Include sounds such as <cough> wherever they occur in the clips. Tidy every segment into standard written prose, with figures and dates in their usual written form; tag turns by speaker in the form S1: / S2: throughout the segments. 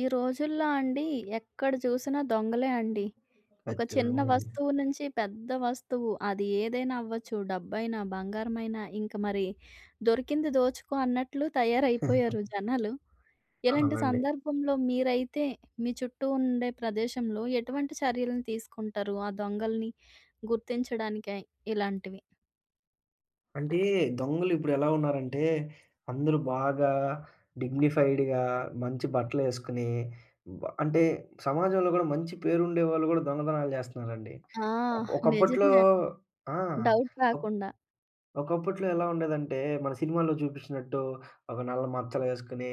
S1: ఈ రోజుల్లో అండి ఎక్కడ చూసినా దొంగలే అండి. ఒక చిన్న
S2: ఖచ్చితంగా అండి.
S1: వస్తువు నుంచి పెద్ద వస్తువు అది ఏదైనా అవ్వచ్చు. డబ్బైనా, బంగారమైనా ఇంక మరి దొరికింది దోచుకో అన్నట్లు తయారైపోయారు జనాలు. ఇలాంటి
S2: అవునండి.
S1: సందర్భంలో మీరైతే మీ చుట్టూ ఉండే ప్రదేశంలో ఎటువంటి చర్యలను తీసుకుంటారు? ఆ దొంగల్ని గుర్తించడానికై ఇలాంటివి?
S2: అంటే దొంగలు ఇప్పుడు ఎలా ఉన్నారంటే, అందరూ బాగా డిగ్నిఫైడ్‌గా మంచి బట్టలేసుకొని, అంటే సమాజంలో గూడా మంచి పేరుండేవాళ్ళు గూడా దొంగతనాలు జేస్తున్నారండి.
S1: ఆ!
S2: ఒకప్పట్లో
S1: నిజమే అండి.
S2: ఆ!
S1: డౌట్
S2: ఒక్
S1: రాకుండా.
S2: ఒకప్పట్లో ఎలా ఉండేదంటే, మన సినిమాల్లో చూపించినట్టు ఒక నల్ల మచ్చలేసుకొని,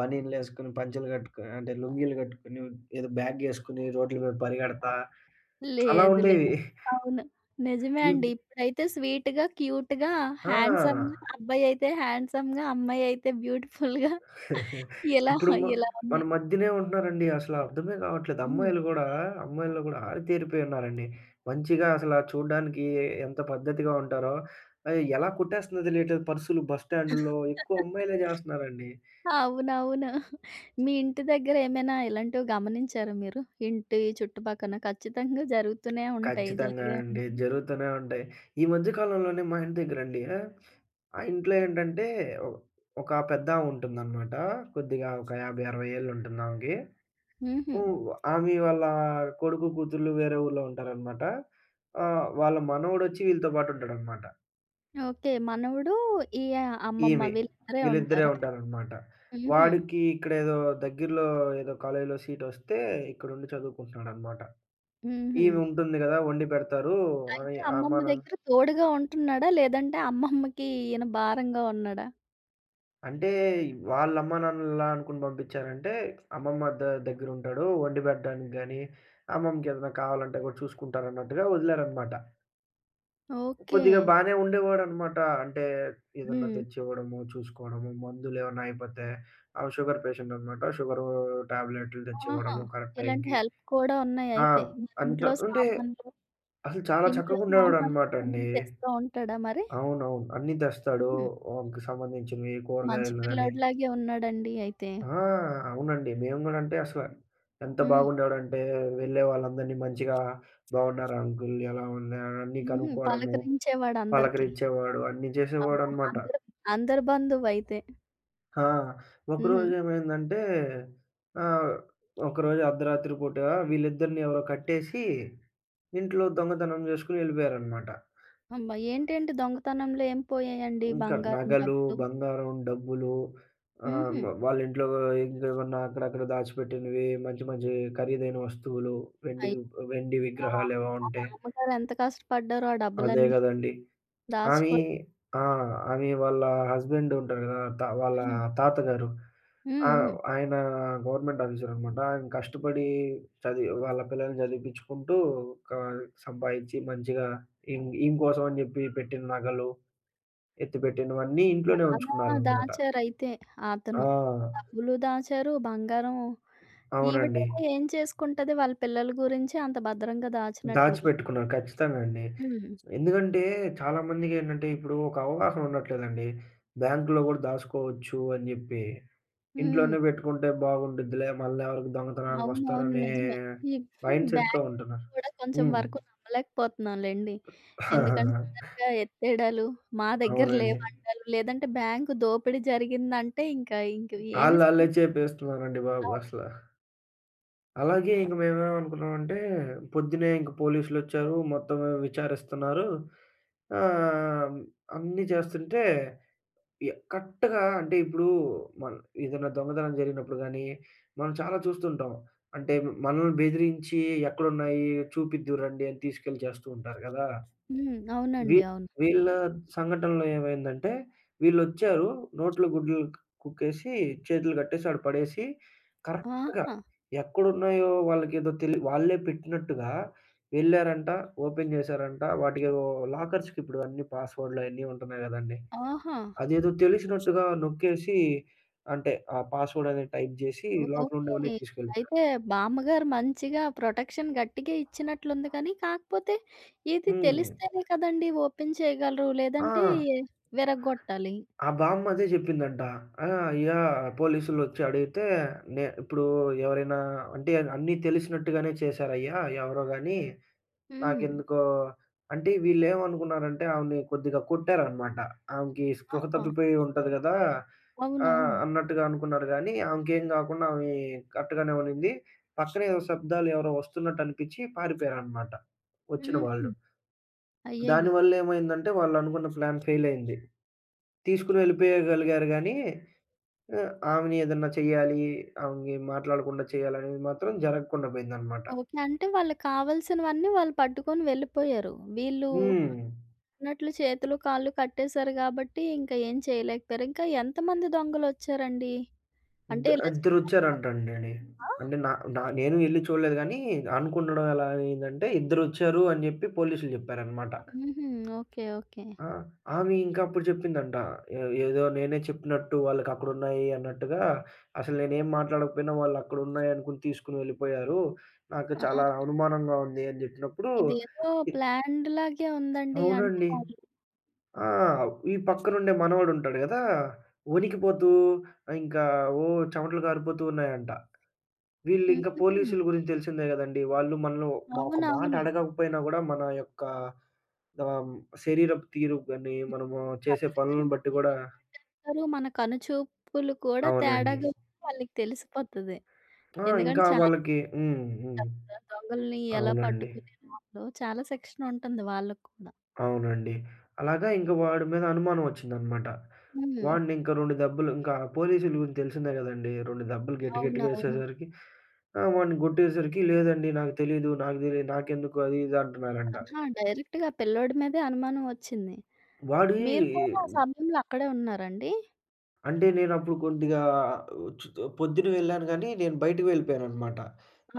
S2: బనీన్‌లేసుకొని, పంచెలు కట్టుకొ అంటే లుంగీలు కట్టుకొని, ఏదో బ్యాగేసుకొని రోడ్ల మీద పరిగెడతా అలా
S1: లేదు లేదు.
S2: ఉండేవి.
S1: అవును. నిజమే
S2: ఇప్
S1: అండి. ఇప్పుడైతే స్వీట్‌గా, క్యూట్‌గా, హ్యాండ్సమ్‌గా
S2: ఆ!
S1: అబ్బాయయితే హ్యాండ్సమ్‌గా, అమ్మాయయితే బ్యూటిఫుల్‌గా <laughs> ఇలా,
S2: ఇప్పుడు
S1: ఇలా
S2: మన
S1: ఉన్నాయి.
S2: మధ్యనే ఉంటున్నారండి. అసలు అర్థమే కావట్లేదు.
S1: హ్మ్.
S2: అమ్మాయిలు గూడా, అమ్మాయిల్లో గూడా ఆరితేరిపోయున్నారండి. మంచిగా అసల చూడ్డానికి ఎంత పద్ధతిగా ఉంటారో, ఎలా కొట్టేస్తుందో తెలియట్లేదు పర్సులు బస్ స్టాండుల్లో. ఎక్కువ అమ్మాయిలే జేస్తన్నారండి.
S1: అవునవును. మీ ఇంటి దగ్గర ఏమైనా ఇలాంటివి గమనించారా మీరు? ఇంటి చుట్టుపక్కన ఖచ్చితంగా జరుగుతూనే ఉంటాయి.
S2: ఖచ్చితంగా
S1: జరిగే
S2: అండి.
S1: ఉంటాయి.
S2: జరుగుతూనే ఉంటాయి. ఈ మధ్య కాలంలోనే మా ఇంటి దగ్గరండి, ఆ ఆ ఇంట్లో ఏంటంటే, ఒ ఒక పెద్దామె ఉంటుందనమాట. కొద్దిగా ఒక 50, 60 ఏళ్ళు ఉంటుందామెకి.
S1: హుహు.
S2: హ్మ్. ఆమె వాళ్ళ కొడుకు, కూతుర్లు వేరే ఊర్లో ఉంటారనమాట. వాళ్ళ మనవడొచ్చి వీళ్ళతో పాటుంటాడనమాట.
S1: ఓకే. మనవడు, ఈ అమ్మమ్మ
S2: ఈమె.
S1: వీళ్ళిద్దరే
S2: వీళ్ళిద్దరే
S1: ఉంటారా?
S2: ఉంటారనమాట.
S1: హుహు.
S2: వాడికి ఇక్కడేదో దగ్గరలో ఏదో కాలేజీలో సీటొస్తే ఇక్కడుండి చదువుకుంటున్నాడనమాట.
S1: హుహు.
S2: ఈమె ఉంటుంది గదా! వండి పెడతారు అని
S1: అయితే అమ్మమ్మ
S2: అమ్మా, నాన్న
S1: దగ్గర తోడుగా ఉంటున్నాడా? లేదంటే అమ్మమ్మకి ఈయన భారంగా ఉన్నాడా?
S2: అంటే వాళ్ళ అమ్మా నాన్నలలా అనుకుని పంపించారంటే, అమ్మమ్మ దగ్గరుంటాడు వండి పెట్టడానికి గాని, అమ్మమ్మకేదైనా కావాలంటే గూడా చూసుకుంటారన్నట్టుగా వదిలారనమాట.
S1: ఓకే.
S2: కొద్దిగా బానే ఉండేవాడనమాట. అంటే ఏదన్నా
S1: హ్మ్.
S2: తెచ్చివ్వడము, చూసుకోవడము, మందులేమన్నా అయిపోతే షుగర్ పేషెంటనమాట. షుగరు టాబ్లెట్లు
S1: ఆహా!
S2: తెచ్చివ్వడము కరెక్ట్
S1: ఇలాంటి
S2: టైంకి.
S1: హెల్ప్ కూడా
S2: ఆ!
S1: ఉన్నాయయితే. మరి
S2: అంత
S1: ఇంట్లో
S2: అంటే
S1: సామాన్లు,
S2: అసలు చాలా
S1: ఇంట్లో సామాన్లు
S2: చక్కగుండేవాడనమాట అండి.
S1: అలాంటివి తెస్తా ఉంటాడా మరి?
S2: అవునవును. అన్నీ తెస్తాడు.
S1: హ్మ్.
S2: వానికి సంబంధించినవి
S1: మంచి
S2: కూరగాయలు గాని.
S1: పిల్లోడిలాగే ఉన్నాడండి అయితే.
S2: ఆ! అవునండి. మేము గూడా అంటే అసల ఎంత
S1: హ్మ్.
S2: బాగుండేవాడంటే వెళ్ళే వాళ్ళందరినీ మంచిగా "బాగున్నారా అంకుల్? ఎలా ఉన్నారు?" అన్నీ
S1: హుహు.
S2: కనుక్కోవడము,
S1: పలకరించేవాడు అందరికి.
S2: పలకరించేవాడు, అన్నీ
S1: అబ్బా!
S2: చేసేవాడనమాట.
S1: అందరు అందరి బంధువయితే.
S2: ఆ!
S1: హ్మ్.
S2: ఒకరోజేమైందంటే ఆహ్, ఒకరోజు అర్ధరాత్రి పూట వీళ్ళిద్దరిని ఎవరో కట్టేసి, ఇంట్లో దొంగతనం జేసుకొని యెళ్ళిపోయారనమాట.
S1: అమ్మా! ఏంటేంటి దొంగతనంలో ఏం పోయాయండి?
S2: ఇంకా
S1: బంగారం,
S2: నగలు,
S1: డబ్బులు?
S2: బంగారం, డబ్బులు, ఆహ్,
S1: హుహు.
S2: మ వాళ్ళింట్లో ఇంకేమన్నా అక్కడక్కడ దాచిపెట్టినవి మంచి మంచి ఖరీదైన వస్తువులు, వెండి వెండి
S1: ఆ!
S2: విగ్రహాలేవో
S1: ఆ
S2: ఉంటే
S1: మామగారు ఎంత కష్టపడ్డారో ఆ
S2: అదే
S1: డబ్బులన్నీ
S2: గదండీ! ఆమె.
S1: దాచుకోడానికి.
S2: ఆ! ఆమె వాళ్ళ హస్బెండ్ ఉంటారు గదా! వాళ్ళ
S1: హ్మ్.
S2: తాతగారు.
S1: హ్మ్.
S2: ఆ!
S1: హ్మ్.
S2: ఆయన గవర్నమెంట్ ఆఫీసర్ అనమాట. ఆయన కష్టపడి చదివి వాళ్ళ పిల్లల్ని చదివిపిచ్చుకుంటూ క సంపాదిచ్చి మంచిగా ఈమె కోసం అని జెప్పి పెట్టిన నగలు, ఎత్తిపెట్టినవన్నీ ఇంట్లోనే
S1: బాగా
S2: ఉంచుకున్నారనమాట.
S1: దాచారయితే
S2: ఆ!
S1: అతను. డబ్బులు దాచారు, బంగారం
S2: అవునండి.
S1: ఈవిడేమో ఏం చేసుకుంటది? వాళ్ళ పిల్లల గురించి అంత భద్రంగా దాచినట్లుంది.
S2: దాచిపెట్టుకున్నారు. ఖచ్చితంగా అండి.
S1: హ్మ్.
S2: ఎందుకంటే చాలా మందికేంటంటే ఇప్పుడు ఒక అవగాహన ఉండట్లేదండి. బ్యాంక్‌లో గూడా దాసుకోవచ్చు అని జెప్పి.
S1: హ్మ్.
S2: ఇంట్లోనే పెట్టుకుంటే బాగుండిద్దిలే. మళ్ళా ఎవరికి
S1: అవునవును.
S2: దొంగతనానికొస్తారనే
S1: నిజమే. ఈ
S2: మైండ్ సెట్‌తో
S1: బ్యాంక్
S2: ఉంటున్నారు.
S1: కూడా కొంచెం
S2: హ్మ్.
S1: వరకు నమ్మలేకపోతున్నాంలెండి. ఎందుకంటే సడెన్‌గా
S2: <laughs>
S1: ఎత్తేయడాలు, మా దగ్గర
S2: అవునండి.
S1: లేవంటాలు, లేదంటే బ్యాంకు దోపిడీ జరిగిందంటే ఇంకా ఇంక
S2: ఆళ్ళాళ్ళే
S1: ఏమిస్తారు?
S2: చేపేస్తున్నారండి బాబు
S1: ఆ!
S2: అసల. అలాగే ఇంక మేమేమనుకున్నామంటే, పొద్దున్నే ఇంక పోలీసులొచ్చారు, మొత్తం విచారిస్తున్నారు. ఆహ్, అన్నీ చేస్తుంటే కరెక్ట్‌గా అంటే ఇప్పుడు మన ఏదైనా దొంగతనం జరిగినప్పుడు గాని, మనం చాలా చూస్తుంటాం. అంటే మనల్ని బెదిరించి ఎక్కడున్నాయి చూపిద్దురు రండి అని తీసుకెళ్ళి చేస్తూ ఉంటారు కదా!
S1: హ్మ్.
S2: వీ
S1: అవునండి. అవును.
S2: వీళ్ళ సంఘటనలో ఏమైందంటే వీళ్ళొచ్చారు. నోట్లో గుడ్లు కుక్కేసి, చేతులు కట్టేసి ఆడు పడేసి కరెక్ట్‌గా
S1: ఆహా!
S2: ఎక్కడున్నాయో వాళ్ళకేదో తెలి వాళ్ళే పెట్టినట్టుగా వెళ్లారంట. ఓపెన్ చేశారంట. వాటికేవో లాకర్స్‌కిప్పుడు అన్ని పాస్వర్డ్‌లు అయన్నీ ఉంటున్నాయి కదండీ!
S1: ఆహా!
S2: అదేదో తెలిసినట్టుగా నొక్కేసి అంటే ఆ పాస్‌వర్డ్ అనేది టైప్ జేసి లోపల
S1: ఓకే.
S2: ఉండేవన్నీ తీసుకెళ్ళిపోయారు.
S1: అయితే బామ్మగారు మంచిగా ప్రొటెక్షన్ గట్టిగా ఇచ్చినట్లుంది కానీ, కాకపోతే ఇది
S2: హ్మ్.
S1: తెలిస్తేనే కదండీ ఓపెన్ చేయగలరు.
S2: ఆ!
S1: లేదంటే విరగ్గొట్టాలి.
S2: ఆ బామ్మ అదే జెప్పిందంట. ఆ! యాహ్! పోలీసులొచ్చి అడిగితే, "నే ఇప్పుడు ఎవరైనా అంటే అన్నీ తెలిసినట్టుగానే చేశారయ్యా ఎవరో గాని"
S1: హ్మ్.
S2: నాకెందుకో అంటే వీళ్ళేమనుకున్నారంటే ఆమెని కొద్దిగా కొట్టారనమాట. ఆమెకి స్పృహ
S1: ఆహా!
S2: తప్పిపోయి ఉంటది గదా!
S1: అవునవును.
S2: అన్నట్టుగా అనుకున్నారు గానీ, ఆమెకేం గాకుండా ఆమె కరెక్ట్‌గానే ఉన్నింది. పక్కనే ఏదో శబ్దాలు ఎవరో వస్తున్నట్టు అనిపిచ్చి పారిపోయారనమాట వచ్చిన
S1: హుహు.
S2: వాళ్ళు.
S1: అయ్యయ్యో!
S2: దానివల్లేమైందంటే వాళ్ళనుకున్న ప్లాన్ ఫెయిల్ అయింది. తీసుకొని వెళ్ళిపోయగలిగారు గానీ, ఆమెని ఏదన్నా చెయ్యాలి, ఆమెని మాట్లాడకుండా చేయాలనేది మాత్రం జరగకుండా పోయిందనమాట.
S1: ఓకే. అంటే వాళ్ళకి కావాల్సినవన్నీ వాళ్ళు పట్టుకొని వెళ్ళిపోయారు. వీళ్ళు
S2: హ్మ్.
S1: అన్నట్లు చేతులు, కాళ్ళు కట్టేశారు కాబట్టి, ఇంకా ఏం చేయలేకపోయారు. ఇంకా ఎంతమంది దొంగలొచ్చారండి?
S2: ఇద్ద
S1: అంటే ఇలా చేయడానికి
S2: ఇద్దరొచ్చారంటండి.
S1: సరిపా?
S2: అంటే నా నా నేను ఎళ్లి చూడలేదు గానీ, అనుకుండడం ఎలా అయిందంటే, ఇద్దరొచ్చారు అని జెప్పి పోలీసులు జెప్పారనమాట.
S1: హుహు. ఓకే. ఓకే.
S2: ఆ! ఆమె ఇంకా అప్పుడు జెప్పిందంట. ఏ ఏదో నేనే చెప్పినట్టు వాళ్ళకక్కడున్నాయి అన్నట్టుగా, అసలు నేనేం మాట్లాడకపోయినా వాళ్ళక్కడున్నాయి అనుకుని తీసుకొని వెళ్ళిపోయారు. నాకు
S1: ఆ!
S2: చాలా అనుమానంగా ఉంది అని జెప్పినప్పుడు,
S1: ఇదేదో
S2: ఇ
S1: ప్లాన్డ్‌లాగే ఉందండి. అంటే
S2: అవునండి.
S1: వాళ్ళు
S2: ఆ! ఈ పక్కనుండే మనవడుంటాడు గదా! వణికిపోతూ, ఇంకా ఓ చెమటలు కారిపోతూ ఉన్నాయంట. వీళ్ళింక
S1: హుహు.
S2: పోలీసుల గురించి తెలిసిందే గదండీ! వాళ్ళు మనలో ఒక మాట
S1: అవునవును.
S2: అడగకపోయినా గూడా మన యొక్క ఆహ్, శరీరపు తీరు గాని, మనము చేసే
S1: కదలికలు
S2: పనులను బట్టి
S1: బట్టి
S2: గూడా
S1: పనిగట్టేస్తారు. మన కనుచూపులు కూడా
S2: అవునండి.
S1: తేడాగా ఉంటే వాళ్ళకి తెలిసిపోతది.
S2: ఆ!
S1: ఎందుకంటే
S2: ఇంకా
S1: చాలా
S2: వాళ్ళకి హ్మ్. హ్మ్.
S1: చెప్తారు. దొంగల్ని ఎలా
S2: అవునండి.
S1: పట్టుకునే దాంట్లో చాలా సెక్షన్ ఉంటుంది వాళ్ళకి కూడా.
S2: అవునండి. అలాగా ఇంక వాడి మీద అనుమానం వచ్చిందనమాట.
S1: హ్మ్.
S2: వాడినింక 2 దెబ్బలు ఇంకా పోలీసుల గురించి తెలిసిందే గదండీ! 2 దెబ్బలు గట్టి గట్టిగా
S1: అవునవును.
S2: యేసేసరికి ఆ! వాడిని గొట్టేసరికి లేదండి నాకు తెలీదు, నాకు దెలీదు నాకెందుకు అది ఇది అంటున్నారంట.
S1: ఆహా! డైరెక్ట్‌గా పిల్లోడి మీదే అనుమానం వచ్చింది.
S2: వాడి
S1: మీరు కూడా ఆ సమయంలో అక్కడే ఉన్నారండి?
S2: అంటే నేనప్పుడు కొద్దిగా చు పొద్దున వెళ్ళాను గానీ, నేను బయటికి వెళ్ళిపోయాననమాట.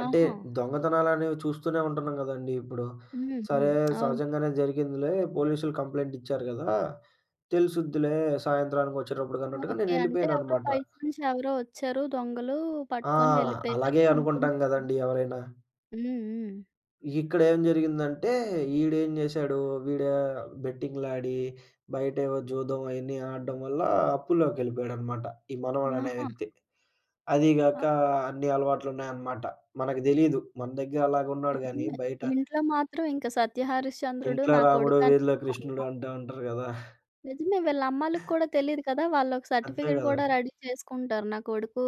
S2: అంటే
S1: ఆహా!
S2: దొంగతనాలనేవి చూస్తూనే ఉంటున్నాం గదండీ ఇప్పుడు.
S1: హ్మ్.
S2: సరే
S1: హ్మ్. అవును.
S2: సహజంగానే జరిగిందిలే, పోలీసులు కంప్లెయింట్ ఇచ్చారు గదా! తెలుసుద్దిలే సాయంత్రానికి వచ్చేటప్పటికి అన్నట్టుగా
S1: ఓకే. అంటే ఎవరో
S2: నేనెళ్ళిపోయాననమాట.
S1: బయట నుంచి ఎవరో వచ్చారు దొంగలు
S2: ఆ!
S1: పట్టుకొని
S2: అలాగే
S1: వెళ్ళిపోయారని అనుకుం
S2: అనుకుంటాం గదండీ ఎవరైనా.
S1: హ్మ్. హ్మ్.
S2: ఇక్కడేం జరిగిందంటే, ఈడేం జేశాడు, వీడే బెట్టింగులాడి, బయటేవో జూదం అయన్నీ ఆడడం వల్ల అప్పుల్లోకెళ్ళిపోయాడనమాట. ఈ మనవడనే
S1: ఆహా!
S2: వ్యక్తి. అదీ గాక
S1: అప్
S2: అన్ని అలవాట్లున్నాయనమాట. మనకు తెలీదు. మన దగ్గర అలాగున్నాడు గానీ,
S1: నిజమే.
S2: బయట
S1: ఇంట్లో మాత్రం ఇంక సత్యహరిశ్చంద్రుడు
S2: ఇంట్లో
S1: నా
S2: రాముడు,
S1: కొడుకని
S2: వీధిలో కృష్ణుడు
S1: <laughs>
S2: అంటా ఉంటారు గదా!
S1: నిజమే వీళ్ళ అమ్మాళ్ళకి కూడా తెలీదు కదా! వాళ్ళొక
S2: అంతే
S1: సర్టిఫికేట్ కూడా
S2: గదండీ.
S1: రెడీ చేసుకుంటారు. నా కొడుకు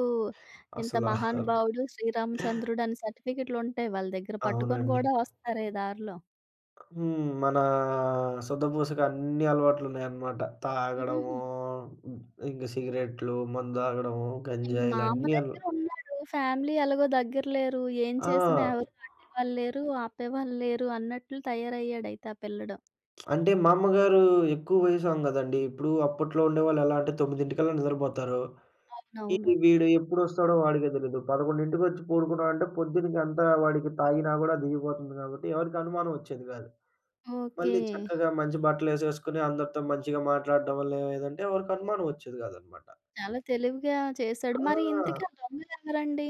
S1: ఇంత
S2: అసల
S1: మహానుభావుడు శ్రీరామచంద్రుడు అని సర్టిఫికేట్లుంటాయి వాళ్ళ దగ్గర. పట్టుకొని
S2: అవునండి.
S1: కూడా వస్తారే దారిలో.
S2: హ్మ్. మనా సొద్దపూసకన్ని అలవాట్లున్నాయనమాట. తాగడము,
S1: హుహు.
S2: ఇంక సిగరెట్లు, మందు తాగడము,
S1: ఇంక మా అమ్మ
S2: గంజాయిలన్నీ.
S1: దగ్గర ఉన్నాడు. ఫ్యామిలీ ఎలాగో దగ్గర లేరు. ఏం
S2: ఆ!
S1: చేసినా ఎవరు అడ్డేవాళ్ళు లేరు, ఆపేవాళ్ళు లేరు అన్నట్లు తయారయ్యాడయితే ఆ పిల్లడు.
S2: అంటే మా అమ్మగారు ఎక్కువ వయసామె గదండీ. ఇప్పుడు అప్పట్లో ఉండేవాళ్ళు ఎలా అంటే 9:00కల్లా నిద్రపోతారు. ఈ
S1: అవునవును.
S2: వీడు ఎప్పుడొస్తాడో వాడికే తెలీదు. 11కి పడుకున్నాడంటే పొద్దునకంతా వాడికి తాగినా గూడా దిగిపోతుంది గాబట్టి, ఎవరికీ అనుమానం ఒచ్చేది గాదు.
S1: ఓకే.
S2: మళ్ళీ హ్మ్. చక్కగా మంచి బట్టలేసేసుకొని అందరితో మంచిగా మాట్లాడడం వల్ల ఏమైందంటే ఎవరికి అనుమానం ఒచ్చేది గాదనమాట.
S1: చాలా తెలివిగా చేశాడు.
S2: ఆ!
S1: మరి
S2: అవును.
S1: ఇంతకీ ఆ దొంగలెవరండి?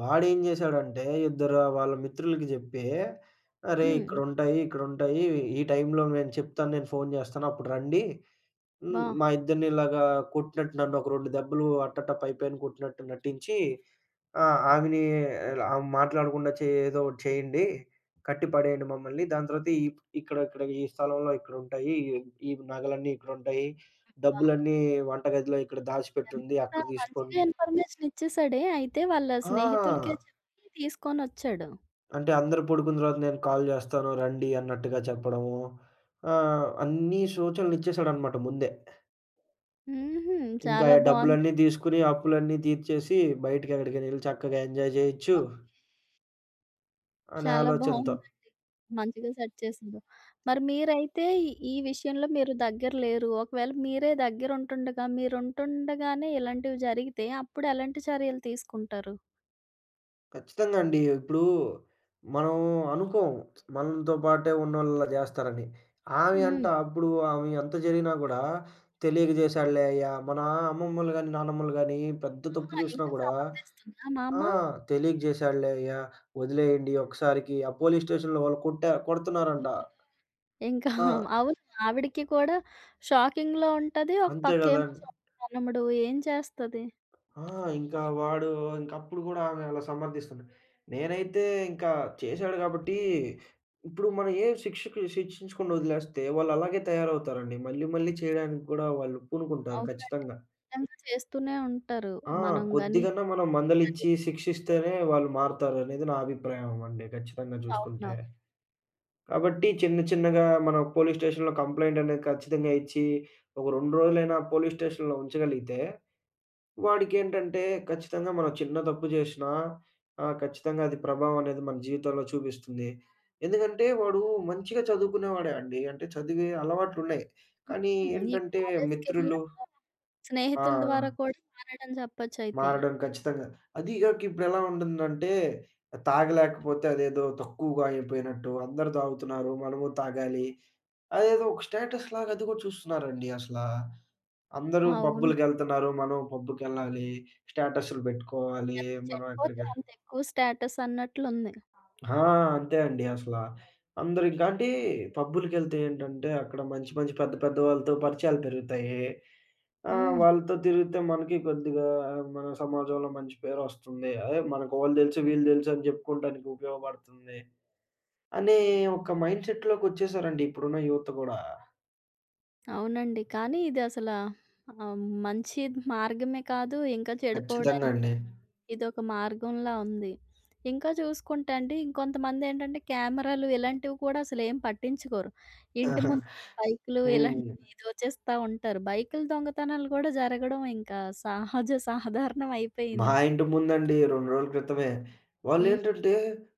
S2: వాడేం జేశాడంటే ఇద్దరు వాళ్ళ మిత్రులకి జెప్పి, "అరేయ్! హ్మ్.
S1: హ్మ్.
S2: ఇక్కడుంటాయి, ఇక్కడుంటాయి. ఈ టైంలో నేను చెప్తాను. నేను ఫోను జేస్తాను. అప్పుడు రండి. హ్మ్.
S1: అబ్బా!
S2: మా ఇద్దరిని ఇలాగా కొట్టినట్టు నన్ను ఒక 2 దెబ్బలు అట్టట్టా పైపైన కొట్టినట్టు నటించి" ఆ! ఆవిని ఇలా ఆమె మాట్లాడకుండా చే ఏదో ఒకటి చేయండి. కట్టి పడేయండి మమ్మల్ని. దాని తర్వాత ఈ స్థలంలో ఇక్కడుంటాయి. ఈ నగలన్నీ ఇక్కడుంటాయి.
S1: అబ్బా!
S2: డబ్బులన్నీ వంటగదిలో ఇక్కడ దాచిపెట్టుంది. అక్కడ
S1: ఎంత మంచిగా
S2: తీసుకోండి.
S1: ఇన్ఫర్మేషన్ ఇచ్చేసాడే! అయితే వాళ్ళ స్నేహితులకే
S2: ఆ!
S1: చెప్పి తీసుకొనొచ్చాడు.
S2: అంటే అందరూ పడుకున్న తర్వాత నేను కాల్ చేస్తాను రండి అన్నట్టుగా చెప్పడము. అన్ని సూచనలిచ్చేసాడనమాట ముందే.
S1: హుహు.
S2: ఇంకా ఆ
S1: చాలా బావుంది.
S2: డబ్బులన్నీ తీసుకొని అప్పులన్నీ తీర్చేసి బయటకి ఎక్కడికైనా ఎళ్లి చక్కగా ఎంజాయ్ చేయొచ్చు అనే
S1: చాలా
S2: ఆలోచనతో.
S1: బావుంది. మంచిగా సెట్ చేసిండ్రు. మరి మీరైతే ఈ ఈ విషయంలో మీరు దగ్గర లేరు. ఒకవేళ మీరే దగ్గరుంటుండగా, మీరుంటుండగానే ఇలాంటివి జరిగితే అప్పుడు ఎలాంటి చర్యలు తీసుకుంటారు?
S2: ఖచ్చితంగా అండి. ఇప్పుడు మనం అనుకోం. మనతో పాటే ఉన్నోళ్ళలా జేస్తారని. ఆమె అంట
S1: హ్మ్.
S2: అప్పుడు ఆమె ఎంత జరిగినా గూడా తెలియక జేశాడులే అయ్యా! మన అమ్మమ్మలు గాని, నానమ్మలు గాని పెద్ద తప్పు
S1: ఆ!
S2: జేసినా
S1: ఇంకా
S2: గూడా
S1: సమర్థిస్తుందా మా
S2: ఆ!
S1: అమ్మ?
S2: తెలియక జేశాడులే అయ్యా! వదిలేయండి. ఒక్కసారికి ఆ పోలీస్ స్టేషన్‌లో వాళ్ళు కొట్టా
S1: హ్మ్.
S2: కొడుతున్నారంట.
S1: ఇంకా
S2: ఆ!
S1: అవును. ఆవిడకి కూడా షాకింగ్‌లో ఉంటది. ఒక
S2: అంతే గదా!
S1: పక్కేమో సొంతతనముడు ఏం చేస్తది?
S2: ఆ! ఇంకా వాడు ఇంకప్పుడు గూడా ఆమె అలా సమర్థిస్తుండే. నేనైతే ఇంకా చేశాడు గాబట్టి, ఇప్పుడు మనం ఏ శిక్షకి శిక్షించకుండా వదిలేస్తే వాళ్ళలాగే తయారవుతారండి. మళ్ళీ మళ్ళీ చేయడానికి గూడా వాళ్ళు పూనుకుంటారు
S1: అవును.
S2: ఖచ్చితంగా.
S1: అడ్డంగా చేస్తూనే ఉంటారు.
S2: ఆ!
S1: మనం గాని
S2: కొద్దిగన్నా మనం
S1: <laughs>
S2: మందలిచ్చి, శిక్షిస్తేనే వాళ్ళు మారతారనేది నా అభిప్రాయం అండి ఖచ్చితంగా
S1: సరిగ్గా అవును.
S2: జూసుకుంటే. కాబట్టి చిన్న చిన్నగా మనం పోలీస్ స్టేషన్‌లో కంప్లెయింట్ అనేది ఖచ్చితంగా ఇచ్చి, ఒక 2 రోజులైనా పోలీస్ స్టేషన్‌లో ఉంచగలిగితే వాడికేంటంటే ఖచ్చితంగా మనం చిన్న తప్పు చేసినా ఖచ్చితంగా అది ప్రభావం అనేది మన జీవితంలో చూపిస్తుంది. ఎందుకంటే వాడు మంచిగా చదువుకునేవాడే అండి. అంటే చదివే అలవాట్లున్నాయి. కానీ
S1: హ్మ్. ఈ
S2: ఏంటంటే మిత్రులు.
S1: కాలేజ్‌కెళ్ళాక
S2: ఆ!
S1: స్నేహితుల ద్వారా కూడా మారాడని చెప్పొచ్చయితే.
S2: మారడం ఖచ్చితంగా. అది గాక ఇప్పుడెలా ఉంటుందంటే తాగలేకపోతే అదేదో తక్కువగా అయిపోయినట్టు అందరూ తాగుతున్నారు మనము తాగాలి. అదేదో ఒక స్టేటస్ లాగా అది కూడా చూస్తున్నారండి అసలా. అందరూ
S1: అవును.
S2: పబ్బులకెళ్తున్నారు. మనం పబ్బుకెళ్ళాలి, స్టేటస్‌లు పెట్టుకోవాలి. మనం
S1: చనిపోతే
S2: ఎక్కడికి.
S1: అంతెక్కువ స్టేటస్ అన్నట్లుంది.
S2: ఆ! అంతే అండి అసల. అందరూ ఇంకా అంటే పబ్బులకెళ్తే ఏంటంటే అక్కడ మంచి మంచి పెద్ద పెద్ద వాళ్ళతో పరిచయాలు పెరుగుతాయి.
S1: హ్మ్.
S2: వాళ్ళతో తిరిగితే మనకి కొద్దిగా మన సమాజంలో మంచి పేరొస్తుంది. అదే మనకు వాళ్ళు తెలుసు, వీళ్ళు తెలుసు అని చెప్పుకోవడానికి ఉపయోగపడుతుంది. అనే ఒక మైండ్‌సెట్‌లోకొచ్చేసారండి ఇప్పుడున్న యూత్ గూడా.
S1: అవునండి. కానీ ఇది అసల ఆహ్, మంచి మార్గమే కాదు. ఇంకా
S2: ఖచ్చితంగా
S1: చెడిపోవడానికి
S2: అండి.
S1: ఇదొక మార్గంలా ఉంది. ఇంకా చూసుకుంటే అండి ఇంకొంతమందేంటంటే కెమెరాలు ఇలాంటివి కూడా అసలేం పట్టించుకోరు.
S2: <laughs>
S1: ఇంటి
S2: ఆహా!
S1: ముందు బైకులు
S2: హ్మ్.
S1: ఇలాంటివి దోచేస్తా ఉంటారు. బైకుల దొంగతనాలు కూడా జరగడం ఇంకా సహజ సాధారణం
S2: మా
S1: అయిపోయింది.
S2: ఇంటి ముందండి 2 రోజుల క్రితమే.
S1: హ్మ్.
S2: వాళ్ళేంటంటే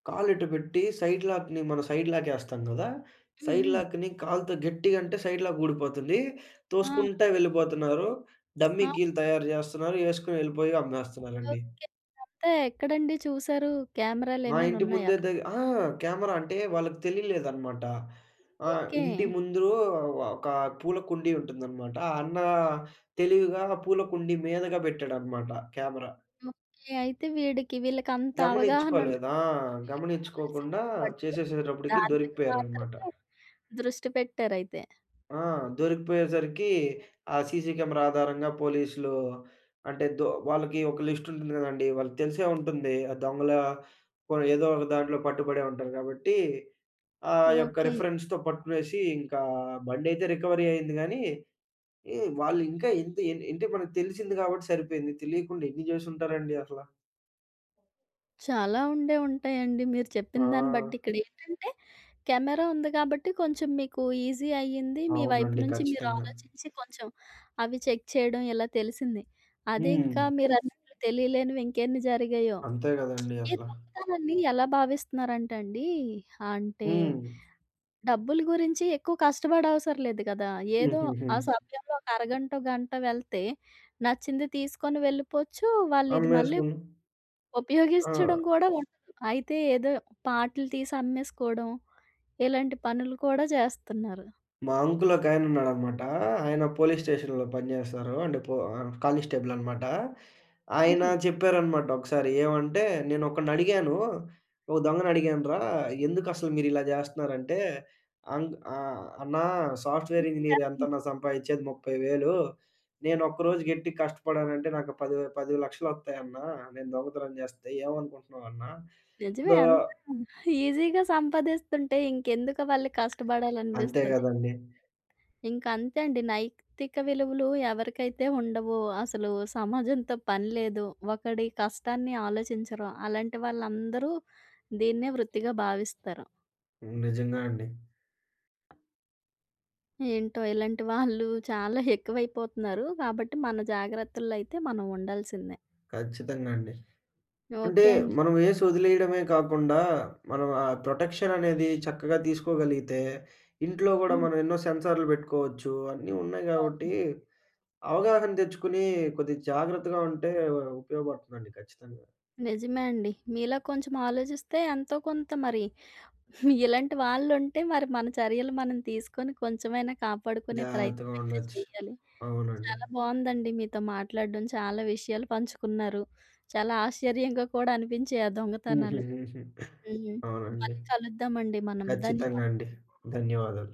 S2: కాలిటు పెట్టి సైడ్ లాక్‌ని మనం సైడ్ లాకేస్తాం గదా!
S1: హ్మ్.
S2: సైడ్
S1: హ్మ్.
S2: లాక్‌ని కాలుతో గట్టిగా అంటే సైడ్ లాక్ ఊడిపోతుంది.
S1: ఆ!
S2: తోసుకుంటా వెళ్ళిపోతున్నారు. డమ్మీ
S1: ఆ!
S2: కీలు తయారు జేస్తున్నారు. ఏసుకొని ఎళ్ళిపోయి అమ్మేస్తున్నారండి.
S1: ఓకే. అంతే ఎక్కడండి చూసారు?
S2: మా ఇంటి ముందే
S1: కెమెరాలేమైనున్నాయా?
S2: దగ్ ఆ! కెమెరా అంటే వాళ్ళకి తెలియలేదనమాట. ఆ!
S1: ఓకే.
S2: ఇంటి ముందు ఒక పూల కుండీ ఉంటుందనమాట. ఆ తెలివిగా ఆ పూల కుండీ మీదగా పెట్టాడనమాట కెమెరా.
S1: ఓకే. అయితే వీడికి వీళ్ళకంత అవగాహన ఉండదు.
S2: గమనించుకోలేదు. ఆ!
S1: వీళ్ళకి
S2: గమనించుకోకుండా
S1: కావాల్సింది పట్టుకొని
S2: చేసేసేటప్పటికి
S1: దాని మీద
S2: దొరికిపోయారనమాట.
S1: మాత్రమే దృష్టి పెట్టారయితే.
S2: ఆ! దొరికిపోయేసరికి ఆ సీసీ కెమెరా ఆధారంగా పోలీసులు అంటే వాళ్ళకి ఒక లిస్ట్ ఉంటుంది కదండీ! వాళ్ళకి తెలిసే ఉంటుంది. ఆ దొంగల ఏదో ఒక దాంట్లో పట్టుబడే ఉంటారు కాబట్టి, ఆ యొక్క
S1: ఓకే.
S2: రిఫరెన్స్‌తో పట్టుకునేసి ఇంకా బండైతే రికవరీ అయింది గానీ, ఈ వాళ్ళు ఇంకా ఇంత ఎన్ అంటే మనకు తెలిసింది కాబట్టి సరిపోయింది. తెలియకుండా ఎన్ని చేసుంటారండి అసల.
S1: చాలా ఉండే ఉంటాయండి. మీరు చెప్పిన
S2: ఆ!
S1: దాన్ని బట్టి ఇక్కడేంటంటే కెమెరా ఉంది కాబట్టి కొంచెం మీకు ఈజీ అయ్యింది. మీ వైపు
S2: అవునండి.
S1: నుంచి మీరు
S2: ఖచ్చితంగా.
S1: ఆలోచించి కొంచెం అవి చెక్ చేయడం ఇలా తెలిసింది. అదే
S2: హ్మ్.
S1: ఇంకా మీరన్నట్లు తెలియలేనివి ఇంకెన్ని జరిగాయో!
S2: అంతే గదండీ
S1: ఈ
S2: అసల.
S1: దొంగతనాన్ని ఎలా భావిస్తున్నారంటే అండి, అంటే
S2: హ్మ్.
S1: డబ్బుల గురించి ఎక్కువ కష్టపడవసరం లేదు గదా! ఏదో
S2: హుహుహు.
S1: ఆ సమయంలో ఒక అరగంటో, గంటో వెళ్తే నచ్చింది తీసుకొని వెళ్ళిపోవచ్చు. వాళ్ళిది మళ్ళీ
S2: అమ్మేసుకుని. ఆ!
S1: ఉపయోగించడం కూడా ఉండదు. అయితే ఏదో పార్టులు తీసి అమ్మేసుకోవడం, ఇలాంటి పనులు కూడా చేస్తున్నారు.
S2: మా అంకుల్ ఒకాయన ఉన్నాడనమాట. ఆయన పోలీస్ స్టేషన్‌లో పనిజేస్తారు. అంటే కానిస్టేబుల్ అనమాట. ఆయన
S1: హుహు.
S2: చెప్పారనమాట ఒకసారి ఏమంటే, నేనొకడినడిగాను. ఒక దొంగనడిగానురా, ఎందుకసలు మీరిలా జేస్తన్నారంటే, అన్నా సాఫ్ట్‌వేర్
S1: ఈజీయా?
S2: ఇంజినీర్ ఎంతన్నా సంపాదిచ్చేది 30,000. నేనొక్క రోజు గట్టిగ కష్టపడానంటే నాకు పది 10,00,000. నేను దొంగతనం జేస్తే ఏమనుకుంటున్నావన్నా?
S1: నిజమే.
S2: ఇప్పుడు
S1: అంత ఈజీగా సంపాదిస్తుంటే ఇంకెందుకు వాళ్ళు
S2: అంతే
S1: కష్టపడాలనిపిస్తది.
S2: గదండీ!
S1: ఇంక అంతే అండి. నైతిక విలువలు ఎవరికైతే ఉండవో, అసలు సమాజంతో పని లేదు. ఒకడి కష్టాన్ని ఆలోచించరు. అలాంటి వాళ్ళందరూ దీన్నే వృత్తిగా భావిస్తారు.
S2: నిజంగా అండి.
S1: ఏంటో ఇలాంటి వాళ్ళు చాలా ఎక్కువైపోతున్నారు. కాబట్టి మన జాగ్రత్తల్లో అయితే మనం ఉండాల్సిందే.
S2: ఖచ్చితంగా అండి. అంటే
S1: ఓకే అండి.
S2: మనం ఏసి వదిలేయడమే కాకుండా, మనం ఆ ప్రొటెక్షన్ అనేది చక్కగా తీసుకోగలిగితే, ఇంట్లో
S1: హ్మ్.
S2: గూడా
S1: హ్మ్.
S2: మనం ఎన్నో సెన్సార్లు పెట్టుకోవచ్చు. అన్నీ ఉన్నాయి
S1: అవును.
S2: గాబట్టి, అవగాహన తెచ్చుకొని కొద్దిగా జాగ్రత్తగా ఉంటే ఉపయోగపడుతుందండి ఖచ్చితంగా.
S1: నిజమే అండి. మీలా కొంచెం ఆలోచిస్తే ఎంతో కొంత మరి ఇలాంటి వాళ్ళుంటే మరి మన చర్యలు మనం తీసుకొని కొంచెమైనా కాపాడుకునే
S2: జాగ్రత్తగా
S1: ప్రయత్నం అయితే
S2: ఉండొచ్చు.
S1: చేయాలి.
S2: అవునండి.
S1: చాలా బావుందండి మీతో మాట్లాడడం. చాలా విషయాలు పంచుకున్నారు. చాలా ఆశ్చర్యంగా కూడా అనిపించాయి ఆ
S2: <laughs>
S1: దొంగతనాలు.
S2: హుహుహుహు.
S1: హ్మ్.
S2: అవునండి.
S1: మళ్ళీ కలుద్దామండి మనం.
S2: ఖచ్చితంగా
S1: ధన్యవాదాలు.
S2: అండి. ధన్యవాదాలు.